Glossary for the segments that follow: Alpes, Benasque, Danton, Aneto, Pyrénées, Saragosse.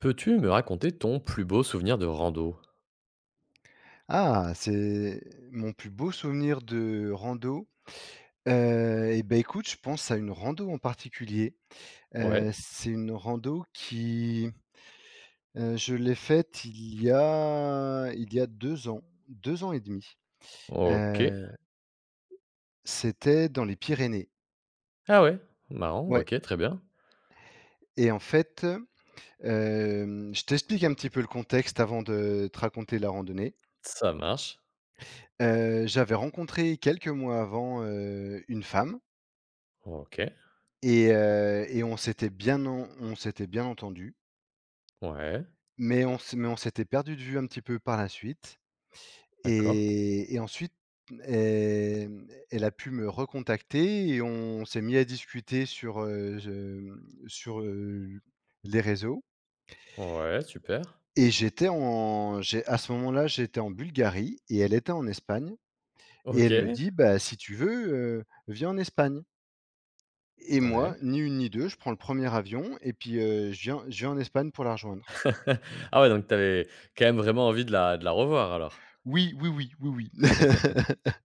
Peux-tu me raconter ton plus beau souvenir de rando? Ah, c'est mon plus beau souvenir de rando. Écoute, je pense à une rando en particulier. Ouais, C'est une rando qui, je l'ai faite il y a 2 ans et demi. OK. 2 c'était dans les Pyrénées. Ah ouais, marrant, Ouais OK, très bien. et en fait, je t'explique un petit peu le contexte avant de te raconter la randonnée. Ça marche. J'avais rencontré quelques mois avant, une femme. OK. Et on s'était bien entendu, Ouais, mais on s'était perdu de vue un petit peu par la suite d'accord. et ensuite, elle a pu me recontacter et on s'est mis à discuter sur, sur, heu, les réseaux. Ouais, super. Et j'étais en j'ai à ce moment-là, j'étais en Bulgarie et elle était en Espagne, et elle me OK, dit: «Bah, si tu veux, viens en Espagne», et moi, ouais. ni une ni deux, je prends le premier avion et puis, je viens en Espagne pour la rejoindre. Ah ouais, donc t'avais quand même vraiment envie de la revoir alors? Oui, oui, oui, oui, oui.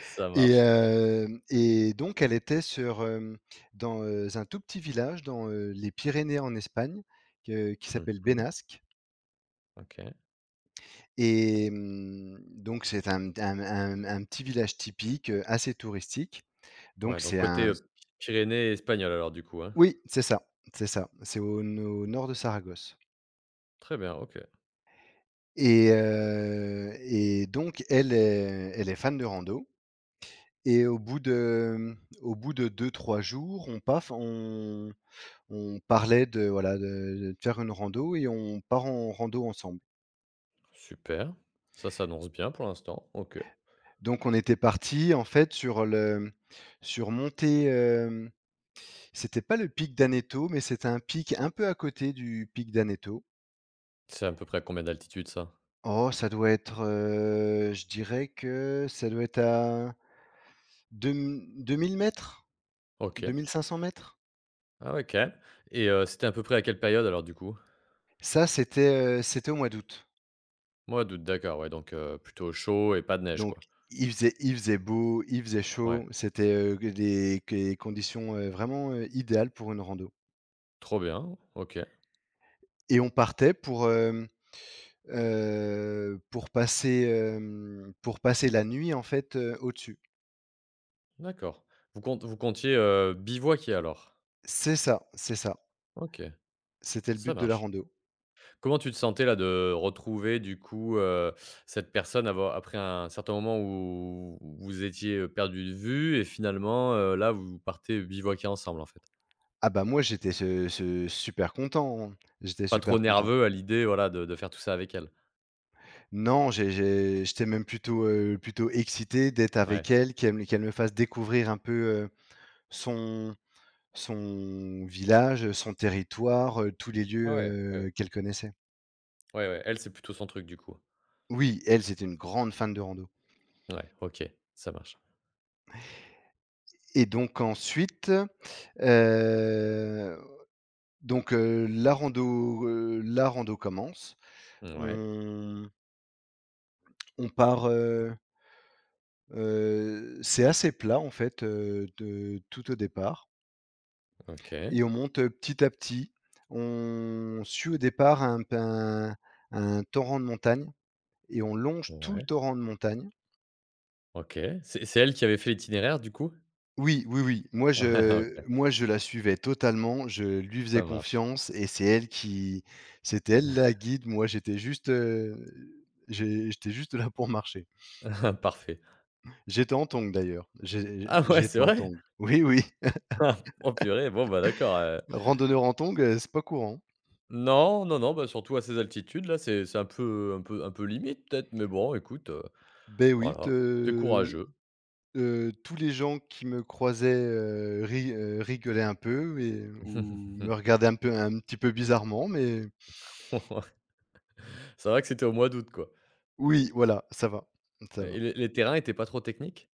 Ça Et marche. hem et donc elle était sur, dans un tout petit village dans, les Pyrénées en Espagne, que qui s'appelle Mmh. Benasque, OK. et donc c'est un petit village typique, assez touristique. Donc Ouais, donc c'est côté, un Pyrénées espagnoles alors du coup, hein? Oui, c'est ça, c'est ça, c'est au nord de Saragosse, Très bien, OK. et donc elle est fan de rando. Et au bout de deux trois jours, on paf on parlait de voilà, de faire une rando, et on part en rando ensemble. Super. Ça s'annonce bien pour l'instant. OK. Donc on était parti en fait sur le surmonter, hem, c'était pas le pic d'Aneto, mais c'était un pic un peu à côté du pic d'Aneto. C'est à peu près combien d'altitude ça? Oh ça doit être, je dirais que ça doit être à deux mille mètres, deux OK. mille cinq cents mètres. Ah ouais, quand même. Et c'était à peu près à quelle période alors du coup? Ça c'était, c'était au mois d'août. Moi d'août, d'accord, ouais, donc plutôt chaud et pas de neige, Donc quoi. il faisait beau, il faisait Ouais, chaud, c'était, que des conditions, vraiment idéales pour une rando, trop bien, OK, et on partait pour, hem, pour passer, hem, pour passer la nuit, en fait, au-dessus. d'accord. Vous comptiez, bivouaquer alors? C'est ça, OK, c'était le ça but de la marche. rando. Comment tu te sentais là de retrouver du coup, cette personne avo après un certain moment où vous étiez, perdus de vue et finalement, là vous partez bivouaquer ensemble en fait? Ah bah, moi j'étais ce ce super content, hein, j'étais Pas trop super content. nerveux à l'idée, voilà, de faire tout ça avec elle? Non, j'étais même plutôt, plutôt excité d'être Ouais. avec elle, qu'elle me fasse découvrir un peu, heu, son son village, son territoire, tous les Ah ouais, ouais, lieux, ouais, qu'elle connaissait. ouais, ouais, elle c'est plutôt son truc du coup? Oui, elle, c'était une grande fan de rando. Ouais, OK, ça marche. Et donc ensuite, heu, la rando commence. Ouais, On on part, c'est assez plat en fait, de tout au départ, OK, et on monte, petit à petit. On suit au départ un torrent de montagne, et on longe tout le ouais, torrent de montagne. OK. C'est elle qui avait fait l'itinéraire du coup? Oui, oui, oui. Moi, je OK, moi, je la suivais totalement, je lui faisais ça marche. confiance, et c'est elle qui c'était elle la guide. Moi, j'étais juste, j'étais juste là pour marcher. Parfait. J'étais en tongs d'ailleurs, Ah ouais, c'est j'étais en vrai? tongs. Oui, oui. Oh purée, bon bah d'accord, Randonneur en tongs, c'est pas courant. non, non, non, bah, surtout à ces altitudes là, c'est un peu limite peut-être, mais bon écoute, Ben oui, voilà, t'es te courageux. Tous les gens qui me croisaient, ri rigolaient un peu ou me regardaient un peu un petit peu bizarrement, mais Ça va que c'était au mois d'août quoi oui, voilà, ça va, ça et va. les terrains étaient pas trop techniques?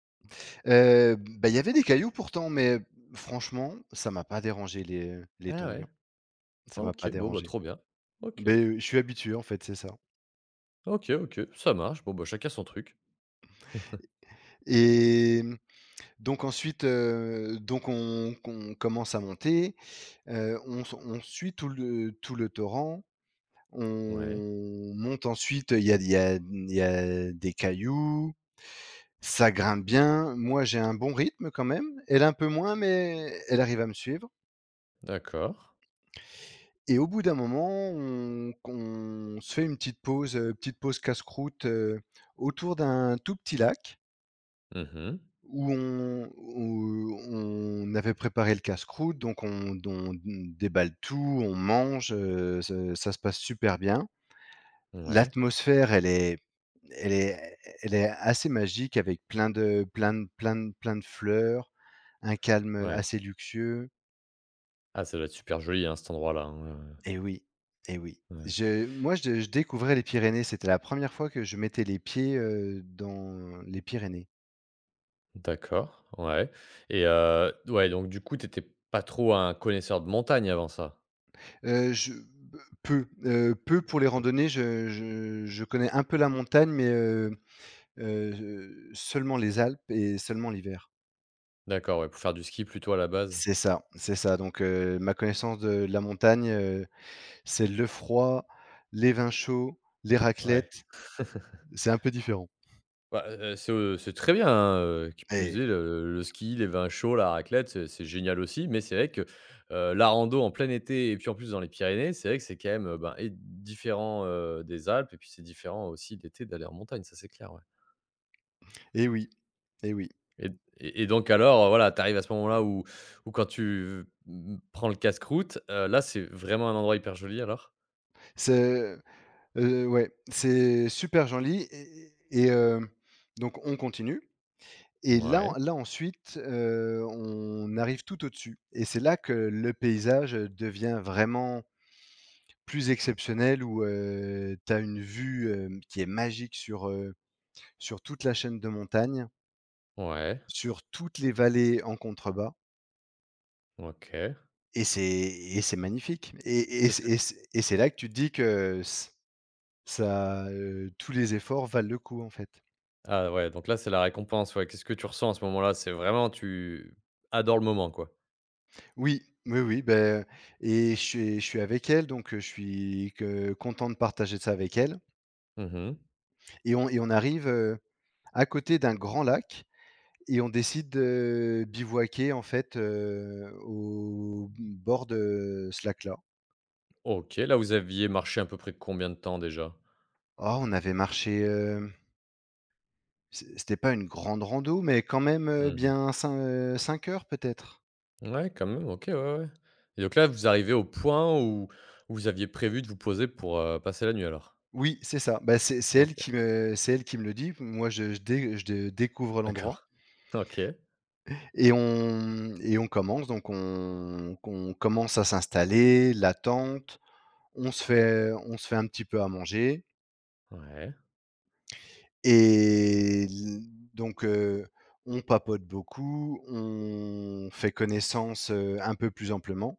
Bah, il y avait des cailloux pourtant, mais franchement, ça m'a pas dérangé, les Ah tongs, hein. ouais, Ça m'a pas OK, bon bah, dérangé. trop bien. OK, Mais je suis habitué en fait, c'est ça. OK, OK, ça marche, bon bah, chacun son truc. Et donc ensuite, on qu'on commence à monter, on suit tout le torrent, Ouais, on monte ensuite, il y a des cailloux, ça grimpe bien. Moi, j'ai un bon rythme quand même, elle un peu moins, mais elle arrive à me suivre. d'accord. Et au bout d'un moment, on qu'on se fait une petite pause casse-croûte, autour d'un tout petit lac Mmh mh. où on avait préparé le casse-croûte, donc on on déballe tout, on mange, ce ça se passe super bien. Ouais, L'atmosphère, elle est elle est assez magique avec plein de fleurs, un calme ouais. assez luxueux. Ah, ça doit être super joli, hein, cet endroit-là, hein, Et oui, et oui. Ouais. Je moi, je découvrais les Pyrénées, c'était la première fois que je mettais les pieds, dans les Pyrénées. D'accord, ouais. Et ouais, donc du coup, tu étais pas trop un connaisseur de montagne avant ça? Heu, je peu pour les Heu, randonnées, je connais un peu la montagne, mais seulement les Alpes et seulement l'hiver. d'accord, ouais, pour faire du ski plutôt à la base? C'est ça, donc ma connaissance de la montagne, c'est le froid, les vins chauds, les Ouais. raclettes, c'est un peu différent. Bah, c'est très bien, hein, qui plus Eh! est, le ski, les vins chauds, la raclette, c'est génial aussi, mais c'est vrai que, la rando en plein été et puis, en plus, dans les Pyrénées, c'est vrai que c'est quand même, ben, et différent, des Alpes et puis c'est différent aussi l'été d'aller en montagne, ça c'est clair, ouais. Eh oui, eh oui. Et et donc alors, voilà, tu arrives à ce moment-là où quand tu, prends le casse-croûte, là, c'est vraiment un endroit hyper joli alors? Ouais, c'est super joli, et donc on continue, et Ouais, là ensuite, on arrive tout au-dessus, et c'est là que le paysage devient vraiment plus exceptionnel, où, tu as une vue, qui est magique sur, sur toute la chaîne de montagnes, ouais, sur toutes les vallées en contrebas, OK. et c'est magnifique, et Qu'est-ce que c'est là que tu te dis que ç ça, tous les efforts valent le coup, en fait. ah ouais, donc là, c'est la récompense, ouais. Qu'est-ce que tu ressens à ce moment-là? C'est vraiment tu adores le moment, quoi? Oui, oui, oui, beh, et je suis avec elle, donc je suis que content de partager ça avec elle, Mmh. et on arrive, à côté d'un grand lac, et on décide de bivouaquer, en fait, au bord de ce lac-là. OK, là, vous aviez marché à peu près combien de temps déjà? Oh, on avait marché, hem, c'é c'était pas une grande rando, mais quand même, Mmh. bien 5 heures peut-être? Ouais, quand même, OK, ouais, ouais. Et donc là, vous arrivez au point où vous aviez prévu de vous poser pour, passer la nuit alors? Oui, c'est ça. Bah, c'est OK, c'est elle qui me le dit. Moi, je dé découvre d'accord. l'endroit. OK. Et on commence, donc on commence à s'installer, la tente, on se fait un petit peu à manger, Ouais. et l donc on papote beaucoup, on fait connaissance, un peu plus amplement.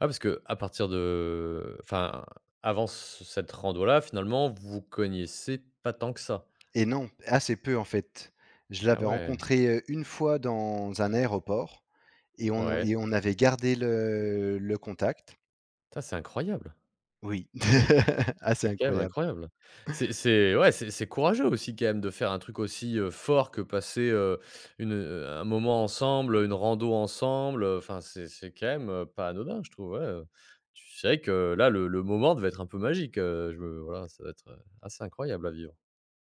Ah parce que à partir de enfin, avant ce cette rando-là, finalement, vous connaissiez pas tant que ça? Et non, assez peu en fait. Je Ah l'avais ouais. rencontré, une fois dans un aéroport, et Ouais. On avait gardé le contact. Ça c'est incroyable. Oui, assez C'est quand même incroyable. incroyable. C'est ouais, c'est courageux aussi quand même de faire un truc aussi, fort que passer, un moment ensemble, une rando ensemble, enfin c'est quand même, pas anodin je trouve, ouais. Tu sais que là le moment devait être un peu magique, je me voilà, ça va être, assez incroyable à vivre.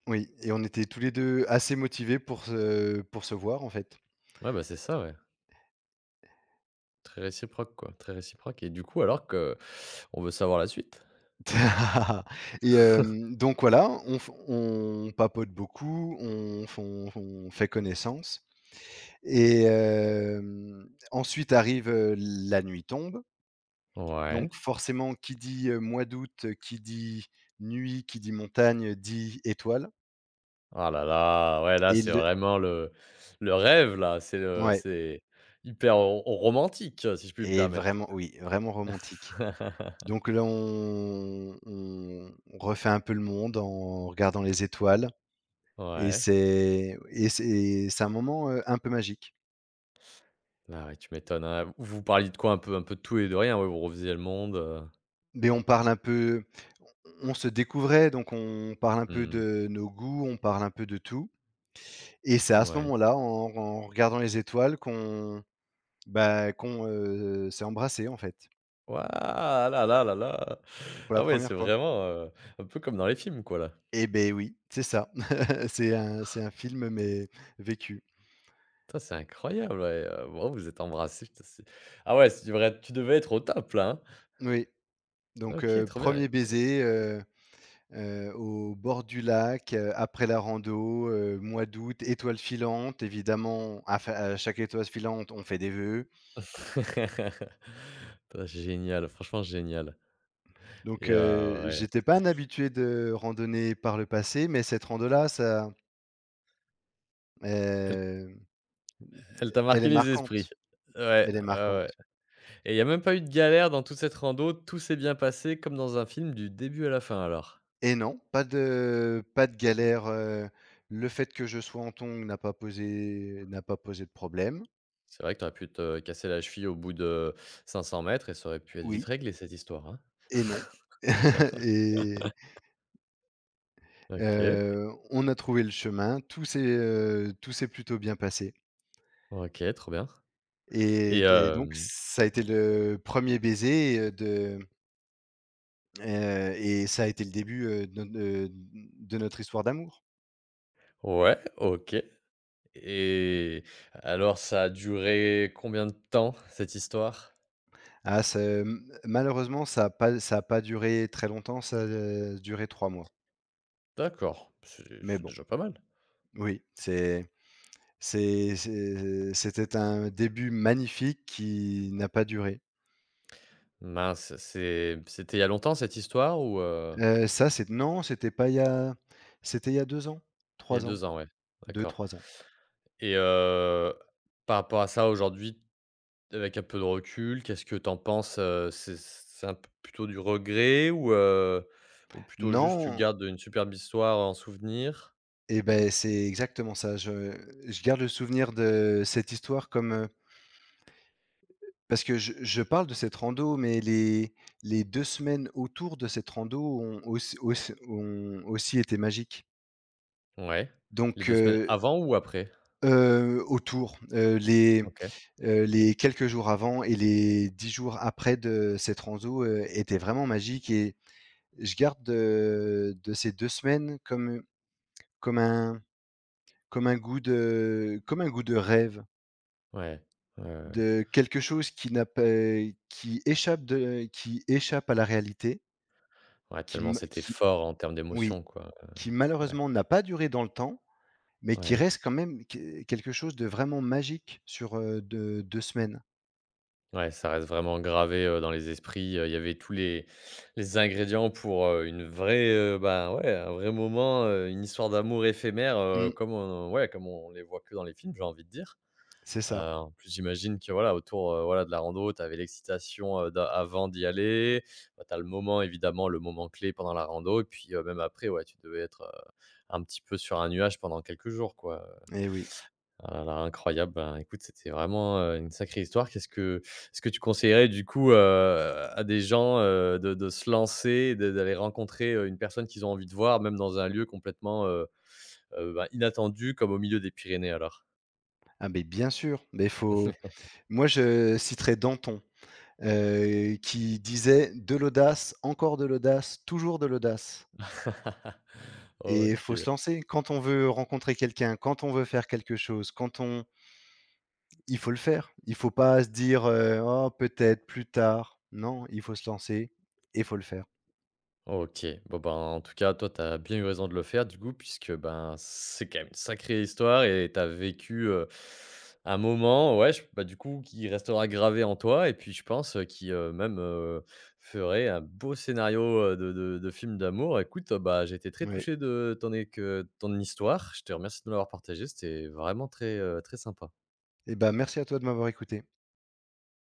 Oui, et on était tous les 2 assez motivés pour se voir, en fait. Ouais, bah, c'est ça, ouais. Très réciproque, quoi, très réciproque et du coup, alors que on veut savoir la suite? Et donc voilà, on papote beaucoup, on f on fait connaissance, et ensuite arrive, la nuit tombe, Ouais. donc forcément qui dit, mois d'août, qui dit nuit, qui dit montagne, dit étoile. Ah là là, ouais, là, Et c'est le vraiment le rêve, là, c'est le ouais c'est hyper ro romantique, si je puis me et permettre. vraiment oui, vraiment romantique. Donc là, on refait un peu le monde en regardant les étoiles, et Ouais. C'est un moment, un peu magique. Là ouais, tu m'étonnes, hein. Vous vous parliez de quoi? Un peu de tout et de rien, ouais, vous refaisiez le monde? Mais on se découvrait, donc on parle un peu Mmh. de nos goûts, on parle un peu de tout, et c'est à ce Ouais. moment-là, en regardant les étoiles bah, qu'on, s'est embrassé en fait, Waouh! Ah là là là là! pour la Ah ouais, première c'est fois. vraiment, un peu comme dans les films, quoi, là. Eh ben oui, c'est ça. C'est un film, mais vécu. Putain, c'est incroyable, ouais, waouh, vous êtes embrassés, putain, c'est ah ouais, tu devais être au top là, hein? Oui, donc OK, trop bien. 1 baiser, au bord du lac, après la rando, mois d'août, étoiles filantes, évidemment, à chaque étoile filante, on fait des vœux. Putain, génial, franchement génial Donc, et ouais, j'étais pas un habitué de randonnée par le passé, mais cette rando-là, ça, elle hem, elle t'a elle est marqué les marquante, esprits. Ouais, elle est ouais, marquante. ouais et il y a même pas eu de galère dans toute cette rando, tout s'est bien passé comme dans un film du début à la fin alors? Et non, pas de galère, le fait que je sois en tongs n'a pas posé de problème. C'est vrai que tu aurais pu te casser la cheville au bout de 500 mètres et ça aurait pu être vite Oui réglé cette histoire, hein? et non. Et OK, on a trouvé le chemin, tout s'est plutôt bien passé, OK, trop bien et et donc hem ça a été le premier baiser, de et ça a été le début, de notre histoire d'amour. ouais, OK. Et alors, ça a duré combien de temps, cette histoire? Ah ça, malheureusement, ça a pas duré très longtemps, ça a duré 3 mois. D'accord, c'est Mais c'est bon, déjà pas mal. oui, c'est c'était un début magnifique qui n'a pas duré. Mince, c'était il y a longtemps cette histoire ou? Ça c'est non, c'était pas il y a c'était il y a 2 ans, Il y a 3 ans, 2 ans, ouais, deux d'accord. trois ans. Et par rapport à ça aujourd'hui, avec un peu de recul, qu'est-ce que t'en penses? C'est un p plutôt du regret ou, ou plutôt juste tu Non, gardes une superbe histoire en souvenir? et ben c'est exactement ça. Je garde le souvenir de cette histoire comme, parce que je parle de cette rando, mais les 2 semaines autour de cette rando ont aussi été magiques. Ouais, les Donc, 2 semaines avant ou après? heu, autour, heu, les, OK, les quelques jours avant et les 10 jours après de cette rando, étaient vraiment magiques, et je garde de ces 2 semaines comme, comme un comme un goût de comme un goût de rêve. ouais, ouais, ouais. De quelque chose qui n'a pas qui échappe de qui échappe à la réalité, Ouais, qui tellement m c'était qui fort en termes oui, d'émotion, quoi, qui ouais. malheureusement n'a pas duré dans le temps, mais qui Ouais. reste quand même qu quelque chose de vraiment magique sur, de 2 semaines. Ouais, ça reste vraiment gravé, dans les esprits, il y avait tous les ingrédients pour, une vraie, bah, ouais, un vrai moment, une histoire d'amour éphémère, Mmh, comme on ouais, comme on les voit que dans les films, j'ai envie de dire. c'est ça, En plus, j'imagine que, voilà, autour, voilà, de la rando, tu avais l'excitation, d'a avant d'y aller, bah, tu as le moment, évidemment, le moment clé pendant la rando et puis, même après, ouais, tu devais être, un petit peu sur un nuage pendant quelques jours, quoi. et oui. Ah là là, incroyable. Ben, écoute, c'était vraiment, une sacrée histoire. Qu'est-ce que est-ce que tu conseillerais du coup, à des gens, de se lancer, de d'aller rencontrer, une personne qu'ils ont envie de voir, même dans un lieu complètement, bah, inattendu comme au milieu des Pyrénées alors? Ah beh, bien sûr, mais faut moi je citerai Danton, qui disait: «De l'audace, encore de l'audace, toujours de l'audace», et il faut OK. se lancer. Quand on veut rencontrer quelqu'un, quand on veut faire quelque chose, quand on il faut le faire. Il faut pas se dire, «Oh peut-être, plus tard». Non, il faut se lancer et il faut le faire. OK. Bon, ben, en tout cas, toi, tu as bien eu raison de le faire du coup, puisque, ben, c'est quand même une sacrée histoire et tu as vécu, un moment, ouais, je bah, du coup, qui restera gravé en toi et puis je pense, qui, même, ferait un beau scénario, de film d'amour. Écoute, bah, j'ai été très Oui. touché de ton é que ton histoire. Je te remercie de me l'avoir partagé, c'était vraiment très, très sympa. Et ben merci à toi de m'avoir écouté.